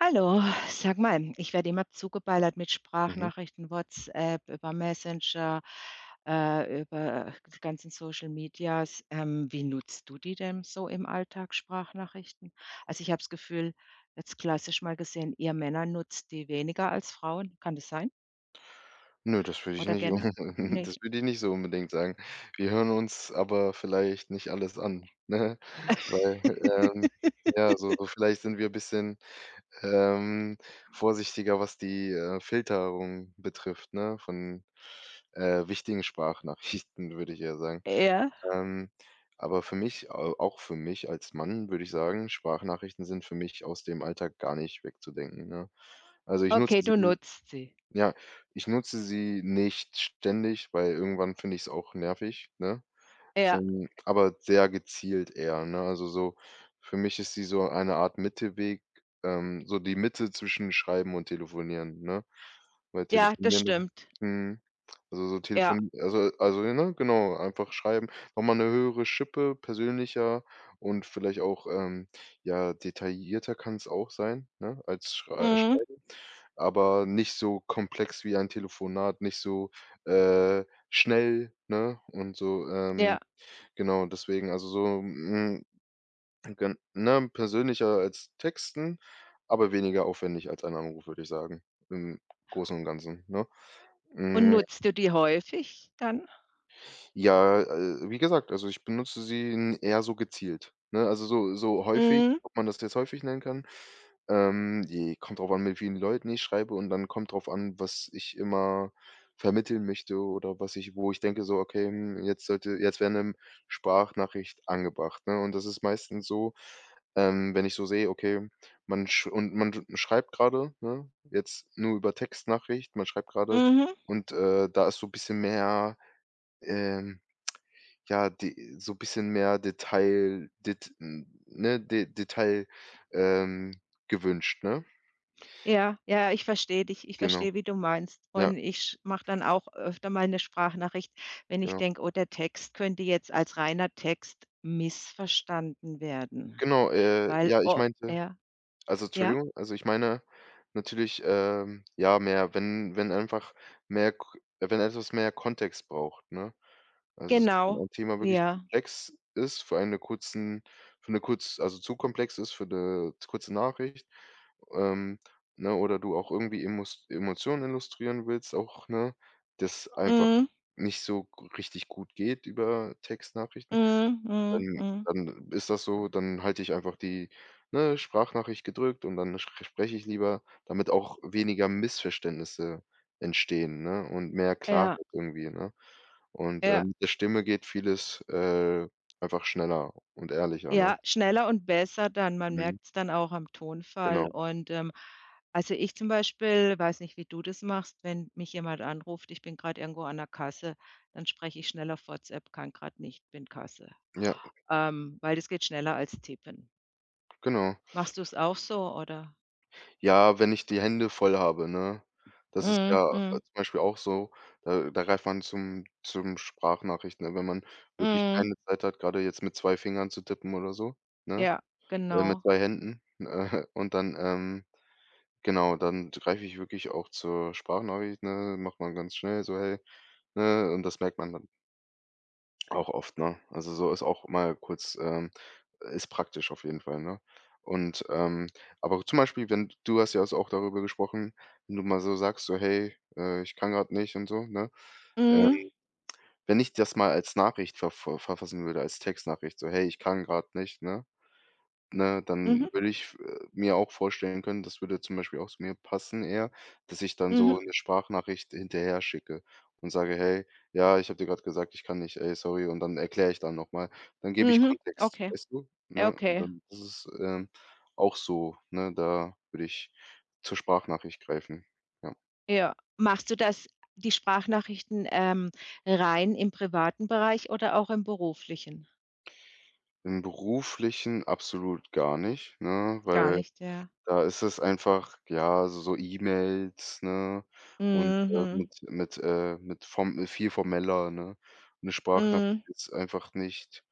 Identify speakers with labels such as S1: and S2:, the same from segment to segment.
S1: Hallo, sag mal, ich werde immer zugeballert mit
S2: Mhm.
S1: Sprachnachrichten, WhatsApp, über Messenger, über die ganzen Social Medias. Wie nutzt du die denn so im Alltag, Sprachnachrichten? Also ich habe das Gefühl, jetzt klassisch mal gesehen, ihr Männer nutzt die weniger als Frauen. Kann das sein?
S2: Nö, das würde ich
S1: Oder
S2: nicht un
S1: gerne
S2: das
S1: nicht?
S2: würde ich nicht so unbedingt sagen. Wir hören uns aber vielleicht nicht alles an, ne? Weil, ähm, ja, so vielleicht sind wir ein bisschen, ähm, vorsichtiger, was die, Filterung betrifft, ne, von, wichtigen Sprachnachrichten, würde ich eher sagen.
S1: Ja,
S2: Ähm, aber für mich au auch für mich als Mann würde ich sagen, Sprachnachrichten sind für mich aus dem Alltag gar nicht wegzudenken, ne? Also, ich nutze
S1: okay,
S2: sie
S1: du nutzt sie.
S2: Ja, ich nutze sie nicht ständig, weil irgendwann finde ich es auch nervig, ne?
S1: Ja,
S2: Aber sehr gezielt eher, ne? Also, so für mich ist sie so eine Art Mittelweg, so die Mitte zwischen Schreiben und Telefonieren, ne? Weil
S1: ja, das
S2: Telefonieren
S1: stimmt.
S2: mhm, also, so
S1: Ja,
S2: Telefon also, ne, genau, einfach schreiben, noch mal 'ne höhere Schippe, persönlicher und vielleicht auch, ja, detaillierter kann es auch sein, ne, als schrei
S1: mhm,
S2: Schreiben aber nicht so komplex wie ein Telefonat, nicht so, äh, schnell, ne? Und so,
S1: ja.
S2: genau, deswegen, also so, gen ne, persönlicher als Texten, aber weniger aufwendig als ein Anruf, würde ich sagen, im Großen und Ganzen, ne?
S1: Und
S2: Hm.
S1: nutzt du die häufig dann?
S2: Ja, wie gesagt, also ich benutze sie n eher so gezielt, ne? Also so häufig,
S1: Mhm,
S2: ob man das jetzt häufig nennen kann, je kommt drauf an, mit wie vielen Leuten ich schreibe, und dann kommt drauf an, was ich immer vermitteln möchte oder was ich wo ich denke so: „Okay, hm, jetzt wäre eine Sprachnachricht angebracht", ne? Und das ist meistens so, wenn ich so sehe, okay, man schreibt gerade, ne, jetzt nur über Textnachricht, man schreibt gerade
S1: mhm.
S2: und, da ist so ein bisschen mehr, ähm ja, die so ein bisschen mehr Detail det n ne, De Detail, ähm, gewünscht, ne?
S1: Ja, ja, ich verstehe dich. Ich
S2: Genau.
S1: verstehe, wie du meinst.
S2: Ja,
S1: Und ich mache dann auch öfter mal eine Sprachnachricht, wenn ich
S2: genau.
S1: denke: „Oh, der Text könnte jetzt als reiner Text missverstanden werden.“
S2: Genau,
S1: Weil
S2: ja, ich
S1: oh,
S2: meinte
S1: ja,
S2: also,
S1: ja,
S2: Entschuldigung, also, ich meine natürlich, ja, mehr wenn einfach mehr K wenn etwas mehr Kontext braucht, ne? Also, so wenn
S1: genau.
S2: ein Thema wirklich
S1: Ja.
S2: komplex ist für eine kurz also, zu komplex ist für 'ne kurze Nachricht, ähm, ne, oder du auch irgendwie Emos Emotionen illustrieren willst auch, ne, das einfach
S1: Mhm,
S2: nicht so g richtig gut geht über Textnachrichten.
S1: mhm, mhm,
S2: Dann
S1: mhm.
S2: dann ist das so, dann halte ich einfach die, ne, Sprachnachricht gedrückt und dann sch spreche ich lieber, damit auch weniger Missverständnisse entstehen, ne, und mehr Klarheit
S1: Ja,
S2: irgendwie, ne? Und,
S1: ja.
S2: mit der Stimme geht vieles, einfach schneller und ehrlicher, ne?
S1: Ja, schneller und besser dann. Man
S2: Mhm,
S1: merkt es dann auch am Tonfall
S2: genau.
S1: und, also, ich zum Beispiel weiß nicht, wie du das machst, wenn mich jemand anruft, ich bin gerade irgendwo an der Kasse, dann spreche ich schnell auf WhatsApp: „Kann gerade nicht, bin Kasse.“
S2: Ja,
S1: Weil das geht schneller als tippen.
S2: genau.
S1: Machst du es auch so, oder?
S2: Ja, wenn ich die Hände voll habe, ne? Das ist
S1: Mhm,
S2: ja,
S1: mhm,
S2: zum Beispiel auch so, da greift man zum Sprachnachrichten, ne? Wenn man wirklich
S1: mhm.
S2: keine Zeit hat, gerade jetzt mit 2 Fingern zu tippen oder so, ne?
S1: Ja,
S2: Mit
S1: genau.
S2: 2 Händen, und dann, genau, dann greife ich wirklich auch zur Sprachnachricht, ne? Macht man ganz schnell so: „Hey", ne? Und das merkt man dann auch oft, ne? Also, so ist auch mal kurz, ist praktisch auf jeden Fall, ne? Und, aber zum Beispiel, wenn du hast ja jetzt auch darüber gesprochen, wenn du mal so sagst, so: „Hey, ich kann gerade nicht" und so, ne?
S1: Mhm,
S2: Ähm, Wenn ich das mal als Nachricht verfassen würde, als Textnachricht, so: „Hey, ich kann gerade nicht", ne? Ne,
S1: mhm,
S2: dann würde ich, mir auch vorstellen können, das würde zum Beispiel auch zu mir passen eher, dass ich dann
S1: mhm,
S2: so 'ne Sprachnachricht hinterher schicke und sage: „Hey, ja, ich habe dir grad gesagt, ich kann nicht. Ey, sorry." Und dann erkläre ich dann noch mal. Dann gebe ich
S1: mhm.
S2: Kontext,
S1: Okay,
S2: weißt du, ne?
S1: okay.
S2: Dann ist es, auch so, ne? Da würde ich zur Sprachnachricht greifen, ja.
S1: Ja. Machst du das die Sprachnachrichten, rein im privaten Bereich oder auch im beruflichen?
S2: Im Beruflichen absolut gar nicht, ne,
S1: Gar
S2: weil
S1: nicht, ja.
S2: da ist es einfach, ja, so so E-Mails, ne, und,
S1: Mhm.
S2: mit, mit form mit viel formeller, ne? Eine Sprachnachricht
S1: Mhm.
S2: ist einfach nicht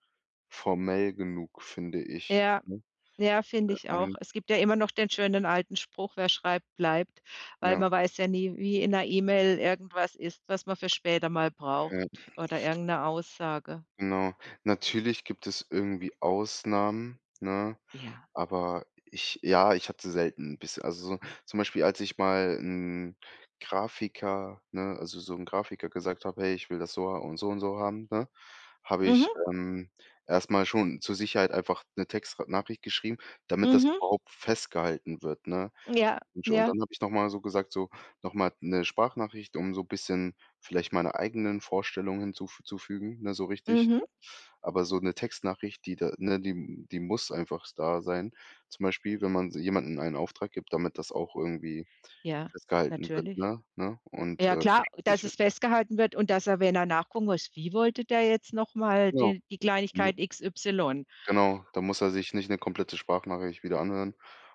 S2: formell genug, finde ich,
S1: Ja,
S2: ne?
S1: ja, finde ich auch.
S2: Ähm,
S1: Es gibt ja immer noch den schönen alten Spruch: „Wer schreibt, bleibt“, weil
S2: ja,
S1: man weiß ja nie, wie in einer E-Mail irgendwas ist, was man für später mal
S2: ja.
S1: braucht oder irgendeine Aussage.
S2: Genau. Natürlich gibt es irgendwie Ausnahmen, ne?
S1: Ja.
S2: Aber ich ja, ich hatte selten 'n bisschen, also, so zum Beispiel, als ich mal 'n Grafiker ne, also, so 'n Grafiker gesagt habe: „Hey, ich will das so ha und so haben", ne? Habe
S1: Mhm,
S2: ich, erst schon zur Sicherheit einfach eine Textnachricht geschrieben, damit das
S1: mhm.
S2: überhaupt festgehalten wird, ne?
S1: Ja,
S2: Und sch und
S1: ja.
S2: dann habe ich noch mal so gesagt, so noch mal 'ne Sprachnachricht, um so ein bisschen vielleicht meine eigenen Vorstellungen hinzuzufügen, ne, so richtig,
S1: Mhm.
S2: ne? Aber so eine Textnachricht, die da ne, die muss einfach da sein. Zum Beispiel, wenn man so jemanden einen Auftrag gibt, damit das auch irgendwie
S1: Ja,
S2: festgehalten wird,
S1: natürlich.
S2: ne, ne, und,
S1: Ja klar, dass
S2: verständlich wird.
S1: es festgehalten wird und dass er, wenn er nachgucken muss: „Wie wollte der jetzt noch mal
S2: Genau,
S1: die
S2: ne?
S1: Kleinigkeit x y.
S2: Genau, da muss er sich nicht eine komplette Sprachnachricht wieder anhören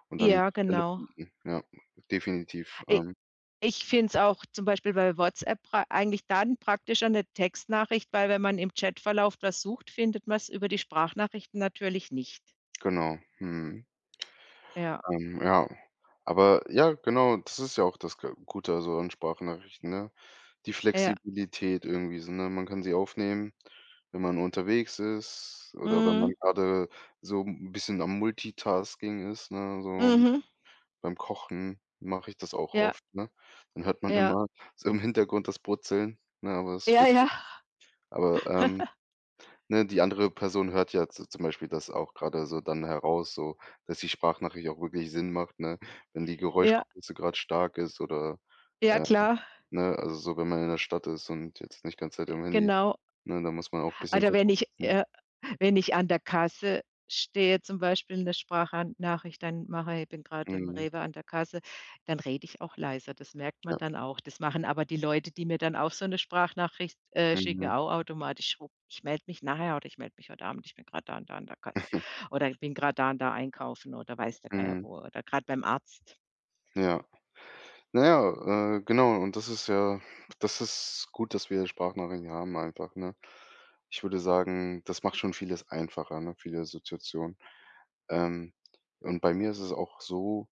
S2: und dann
S1: Ja,
S2: die Stelle
S1: genau.
S2: finden. Ja, definitiv,
S1: I Ich finde es auch zum Beispiel bei WhatsApp pra eigentlich dann praktischer eine Textnachricht, weil wenn man im Chatverlauf was sucht, findet man es über die Sprachnachrichten natürlich nicht.
S2: genau. Mhm.
S1: Ja,
S2: Ja. Aber ja, genau, das ist ja auch das G Gute so an Sprachnachrichten, ne? Die
S1: ja.
S2: Flexibilität irgendwie so, ne? Man kann sie aufnehmen, wenn man unterwegs ist oder wenn man
S1: Mhm.
S2: gerade so ein bisschen am Multitasking ist, ne? So
S1: Mhm.
S2: beim Kochen mache ich das auch
S1: Ja,
S2: oft, ne? Dann hört man
S1: ja.
S2: immer so im Hintergrund das Brutzeln, ne, aber es
S1: Ja,
S2: wird,
S1: ja,
S2: aber, ne, die andere Person hört ja z zum Beispiel das auch gerade so dann heraus, so, dass die Sprachnachricht auch wirklich Sinn macht, ne? Wenn die
S1: ja,
S2: Geräuschkulisse gerade stark ist oder,
S1: ja
S2: äh,
S1: klar,
S2: ne, also so, wenn man in der Stadt ist und jetzt nicht ganz Zeit am Handy,
S1: genau.
S2: ne, da muss man auch ein bisschen
S1: Oder
S2: gucken.
S1: wenn ich wenn ich an der Kasse stehe, zum Beispiel eine Sprachnachricht dann mache ich bin gerade im
S2: Mhm,
S1: Rewe an der Kasse, dann rede ich auch leiser. Das merkt man
S2: ja,
S1: dann auch. Das machen aber die Leute, die mir dann auch so eine Sprachnachricht, schicken,
S2: mhm,
S1: auch automatisch: „Schwupp, ich melde mich nachher oder ich melde mich heute Abend. Ich bin gerade da und da an der Kasse oder ich bin gerade da und da einkaufen oder weiß der Geier
S2: mhm,
S1: wo oder gerade beim Arzt.“
S2: ja. Na ja, genau, und das ist ja das ist gut, dass wir Sprachnachrichten haben einfach, ne? Ich würde sagen, das macht schon vieles einfacher, ne, viele Situationen. Ähm, und bei mir ist es auch so,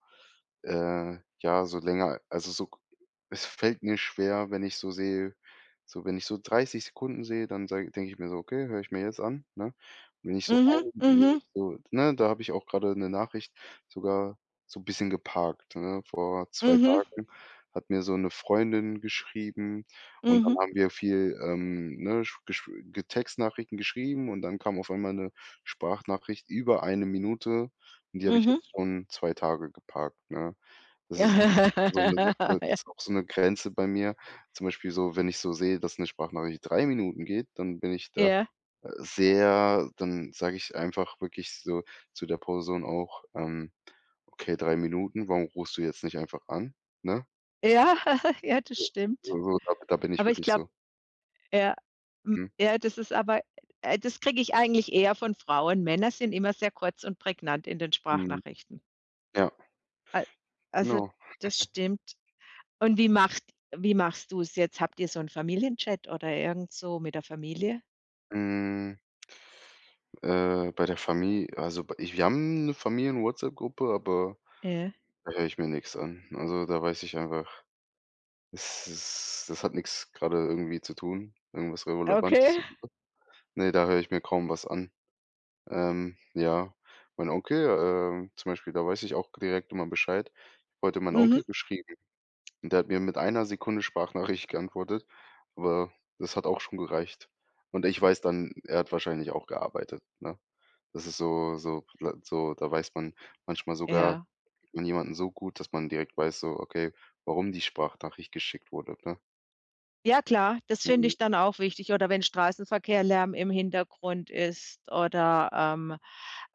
S2: ja, so länger, also, so es fällt mir schwer, wenn ich so sehe, so wenn ich so 30 Sekunden sehe, dann denke ich mir so: „Okay, höre ich mir jetzt an", ne?
S1: Mhm,
S2: Wenn
S1: mhm,
S2: ich so ne, da habe ich auch gerade eine Nachricht sogar so ein bisschen geparkt, ne, vor zwei
S1: mhm,
S2: Tagen. Hat mir so 'ne Freundin geschrieben und dann
S1: mhm,
S2: haben wir viel, ne, sch gesch ge Textnachrichten geschrieben und dann kam auf einmal 'ne Sprachnachricht über eine Minute und die habe ich
S1: mhm.
S2: jetzt schon 2 Tage geparkt, ne? Das ist so 'ne Sache, das ist auch so 'ne Grenze bei mir. Zum Beispiel so, wenn ich so sehe, dass 'ne Sprachnachricht 3 Minuten geht, dann bin ich da,
S1: ja,
S2: sehr, dann sage ich einfach wirklich so zu der Person auch, „Okay, 3 Minuten, warum rufst du jetzt nicht einfach an?", ne?
S1: ja, ja, das
S2: So
S1: stimmt.
S2: so, da bin ich
S1: Aber ich
S2: wirklich
S1: glaube,
S2: so.
S1: ja, hm,
S2: Mhm,
S1: ja, das ist aber das kriege ich eigentlich eher von Frauen. Männer sind immer sehr kurz und prägnant in den
S2: mhm.
S1: Sprachnachrichten.
S2: Ja,
S1: Al also,
S2: genau.
S1: das stimmt. Und wie machst du es jetzt? Habt ihr so einen Familienchat oder irgend so mit der Familie?
S2: Hm. Bei der Familie, also, bei ich wir haben 'ne Familien-WhatsApp-Gruppe, aber
S1: Ja.
S2: da höre ich mir nix an. Also, da weiß ich einfach, es ist das hat nix grade irgendwie zu tun, irgendwas Relevantes.
S1: Okay.
S2: Ne, da höre ich mir kaum was an. Ja, mein Onkel, zum Beispiel, da weiß ich auch direkt immer Bescheid. Heute mein
S1: Mhm.
S2: Onkel geschrie Und der hat mir mit einer Sekunde Sprachnachricht geantwortet, aber das hat auch schon gereicht. Und ich weiß dann, er hat wahrscheinlich auch gearbeitet, ne? Das ist so so la so, da weiß man manchmal sogar
S1: Ja.
S2: von jemanden so gut, dass man direkt weiß so, okay, warum die Sprachnachricht geschickt wurde, ne?
S1: Ja klar, das finde
S2: Mhm,
S1: ich dann auch wichtig oder wenn Straßenverkehr Lärm im Hintergrund ist oder,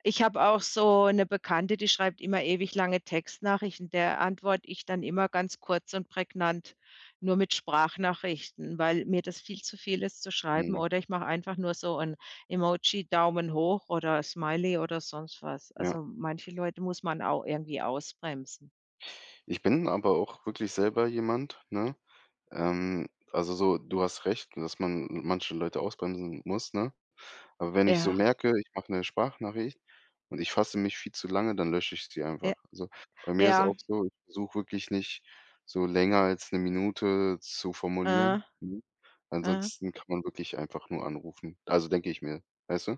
S1: ich habe auch so eine Bekannte, die schreibt immer ewig lange Textnachrichten, der antworte ich dann immer ganz kurz und prägnant, nur mit Sprachnachrichten, weil mir das viel zu viel ist zu schreiben
S2: mhm,
S1: oder ich mache einfach nur so ein Emoji Daumen hoch oder Smiley oder sonst was.
S2: ja.
S1: Also, manche Leute muss man auch irgendwie ausbremsen.
S2: Ich bin aber auch wirklich selber jemand, ne? Also so, du hast recht, dass man manche Leute ausbremsen muss, ne? Aber wenn ich so
S1: Ja,
S2: merke, ich mache 'ne Sprachnachricht und ich fasse mich viel zu lange, dann lösche ich sie
S1: ja,
S2: einfach. Also, bei mir ist
S1: ja,
S2: auch so, ich versuche wirklich nicht so länger als 'ne Minute zu formulieren,
S1: mhm,
S2: ne?
S1: mhm.
S2: Ansonsten kann man wirklich einfach nur anrufen. Also, denke ich mir, weißt du?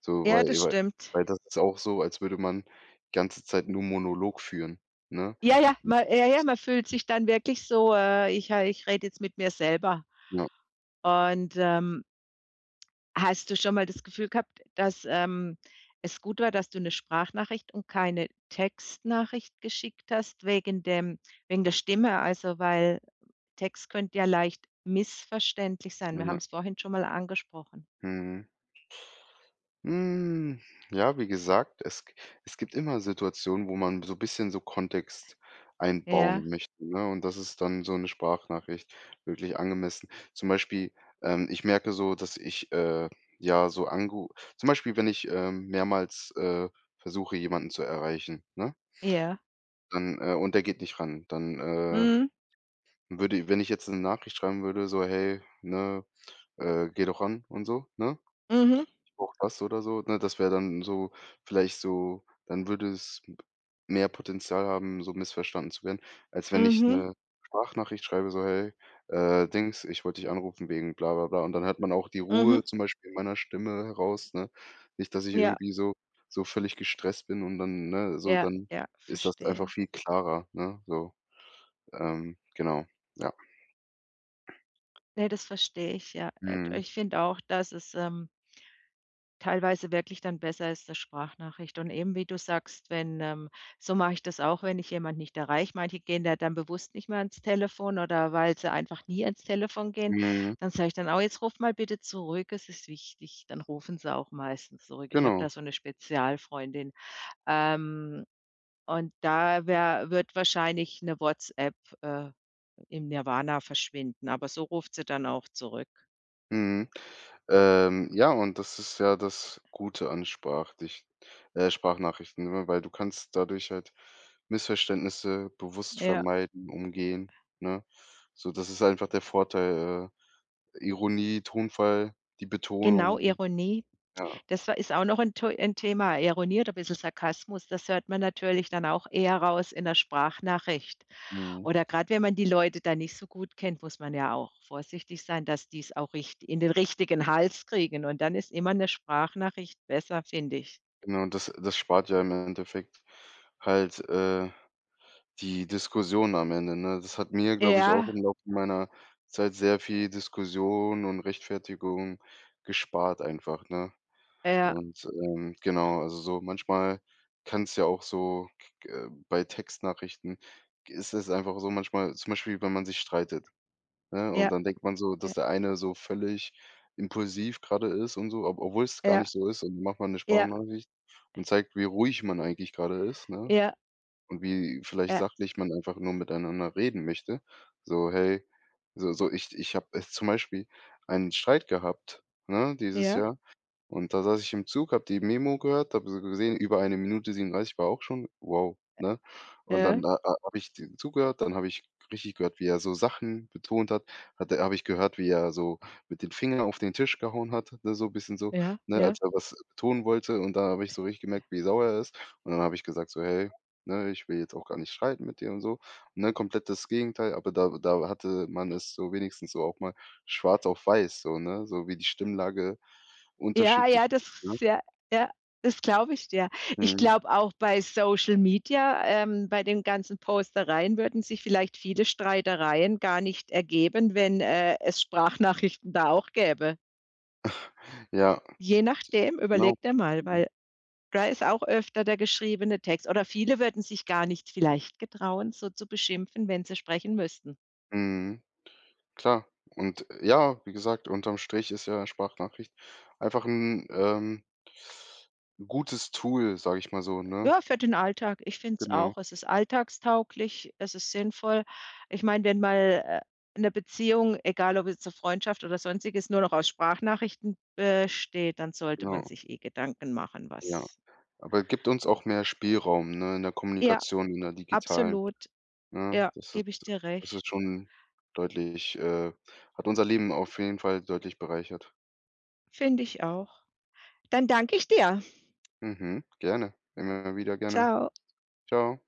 S2: So,
S1: Ja,
S2: weil
S1: das
S2: weil
S1: stimmt.
S2: weil das ist auch so, als würde man ganze Zeit nur Monolog führen, ne?
S1: Ja, ja,
S2: Und
S1: ma ja, ja, man fühlt sich dann wirklich so, ich rede jetzt mit mir selber.
S2: ja,
S1: Und, hast du schon mal das Gefühl gehabt, dass, es gut war, dass du eine Sprachnachricht und keine Textnachricht geschickt hast wegen der Stimme? Also, weil Text könnte ja leicht missverständlich sein. Wir haben
S2: ja,
S1: es vorhin schon mal angesprochen.
S2: mhm. Hm, ja, wie gesagt, es gibt immer Situationen, wo man so ein bisschen so Kontext
S1: Ja,
S2: einbauen möchte, ne? Und das ist dann so eine Sprachnachricht wirklich angemessen. Zum Beispiel, ich merke so, dass ich, ja, so angeru zum Beispiel, wenn ich, mehrmals, versuche, jemanden zu erreichen, ne?
S1: ja.
S2: Dann, und der geht nicht ran. Dann,
S1: Mhm.
S2: würde, wenn ich jetzt eine Nachricht schreiben würde, so: „Hey, ne, geh doch ran" und so, ne?
S1: Mhm.
S2: Auch das oder so, ne? Das wäre dann so vielleicht so, dann würde es m mehr Potenzial haben, so missverstanden zu werden, als wenn ich
S1: Mhm.
S2: 'ne Sprachnachricht schreibe, so: „Hey, Dings, ich wollte dich anrufen wegen bla bla bla." Und dann hört man auch die
S1: Mhm.
S2: Ruhe zum Beispiel in meiner Stimme heraus, ne? Nicht, dass ich
S1: Ja,
S2: irgendwie so völlig gestresst bin, und dann, ne, so
S1: ja,
S2: dann
S1: ja,
S2: ist das einfach
S1: verstehe.
S2: viel klarer, ne, so. Genau, ja.
S1: Ne, das verstehe ich, ja.
S2: Mhm.
S1: Ich finde auch, dass es, teilweise wirklich dann besser ist, 'ne Sprachnachricht. Und eben, wie du sagst, wenn, so mache ich das auch, wenn ich jemanden nicht erreiche. Manche gehen da dann bewusst nicht mehr ans Telefon oder weil sie einfach nie ans Telefon gehen,
S2: Mhm.
S1: dann sage ich dann auch: „Jetzt ruf mal bitte zurück, es ist wichtig.“ Dann rufen sie auch meistens zurück. Ich habe
S2: Genau.
S1: da so eine Spezialfreundin. Ähm, und da wär wird wahrscheinlich eine WhatsApp, äh, im Nirvana verschwinden, aber so ruft sie dann auch zurück.
S2: Mhm. Ja, und das ist ja das Gute an Sprachdich Sprachnachrichten, ne, weil du kannst dadurch halt Missverständnisse bewusst
S1: Ja.
S2: vermeiden, umgehen, ne? So, das ist einfach der Vorteil, Ironie, Tonfall, die
S1: Genau,
S2: Betonung,
S1: Ironie.
S2: ja.
S1: Das war ist auch noch ein to 'n Thema. Ironie oder ein bisschen Sarkasmus, das hört man natürlich dann auch eher raus in der Sprachnachricht.
S2: Mhm.
S1: Oder gerade wenn man die Leute dann nicht so gut kennt, muss man ja auch vorsichtig sein, dass die es auch richt in den richtigen Hals kriegen und dann ist immer eine Sprachnachricht besser, finde ich.
S2: Genau, das das spart ja im Endeffekt halt, die Diskussion am Ende, ne? Das hat mir, glaube ich, auch
S1: Ja,
S2: im Laufe meiner Zeit sehr viel Diskussion und Rechtfertigung gespart einfach, ne?
S1: ja,
S2: Und, genau, also so manchmal kann es ja auch so k bei Textnachrichten ist es einfach so manchmal zum Beispiel, wenn man sich streitet, ne?
S1: ja,
S2: Und dann denkt man so,
S1: ja,
S2: dass der eine so völlig impulsiv gerade ist und so, ob obwohl es gar
S1: ja,
S2: nicht so ist, und dann macht man eine
S1: ja,
S2: Sprachnachricht und zeigt, wie ruhig man eigentlich gerade ist, ne?
S1: ja,
S2: Und wie vielleicht
S1: ja,
S2: sachlich man einfach nur miteinander reden möchte. So: „Hey" so so, ich habe, zum Beispiel einen Streit gehabt, ne, dieses
S1: ja,
S2: Jahr. Und da saß ich im Zug, habe die Memo gehört, habe so gesehen, über eine Minute 37 war auch schon wow, ne? Und dann
S1: ja,
S2: ha ha habe ich dem zugehört, dann habe ich richtig gehört, wie er so Sachen betont hat. Habe ich gehört, wie er so mit den Fingern auf den Tisch gehauen hat, ne, so ein bisschen so,
S1: ja,
S2: ne,
S1: ja.
S2: als er was betonen wollte. Und da habe ich so richtig gemerkt, wie sauer er ist. Und dann habe ich gesagt so: „Hey, ne, ich will jetzt auch gar nicht streiten mit dir" und so, ne? Komplett das Gegenteil, aber da hatte man es so wenigstens so auch mal Schwarz auf weiß so, ne? So wie die Stimmlage
S1: Ja,
S2: unterschiedlich
S1: ja, das
S2: ist, ne?
S1: ja, ja, das glaube ich dir. Ich
S2: Mhm.
S1: glaube auch bei Social Media, bei den ganzen Postereien würden sich vielleicht viele Streitereien gar nicht ergeben, wenn, es Sprachnachrichten da auch gäbe.
S2: Ja,
S1: Je nachdem,
S2: genau.
S1: überleg dir mal,
S2: Mhm.
S1: weil da ist auch öfter der geschriebene Text oder viele würden sich gar nicht vielleicht getrauen, so zu beschimpfen, wenn sie sprechen müssten.
S2: Mhm. Klar. Und ja, wie gesagt, unterm Strich ist ja Sprachnachricht einfach ein, gutes Tool, sage ich mal so, ne?
S1: Ja, für den Alltag. Ich finde es
S2: Genau,
S1: auch. Es ist alltagstauglich, es ist sinnvoll. Ich meine, wenn mal, 'ne Beziehung, egal ob jetzt eine Freundschaft oder Sonstiges, nur noch aus Sprachnachrichten besteht, dann sollte man
S2: genau,
S1: sich eh Gedanken machen,
S2: ja.
S1: was
S2: Aber gibt uns auch mehr Spielraum, ne, in der
S1: ja,
S2: Kommunikation, in der digitalen,
S1: absolut.
S2: ne?
S1: Ja, gebe ich dir
S2: Das ist
S1: recht.
S2: schon deutlich, hat unser Leben auf jeden Fall deutlich bereichert.
S1: Finde ich auch. Dann danke ich dir.
S2: Mhm, gerne. Immer wieder gerne.
S1: Ciao
S2: Ciao.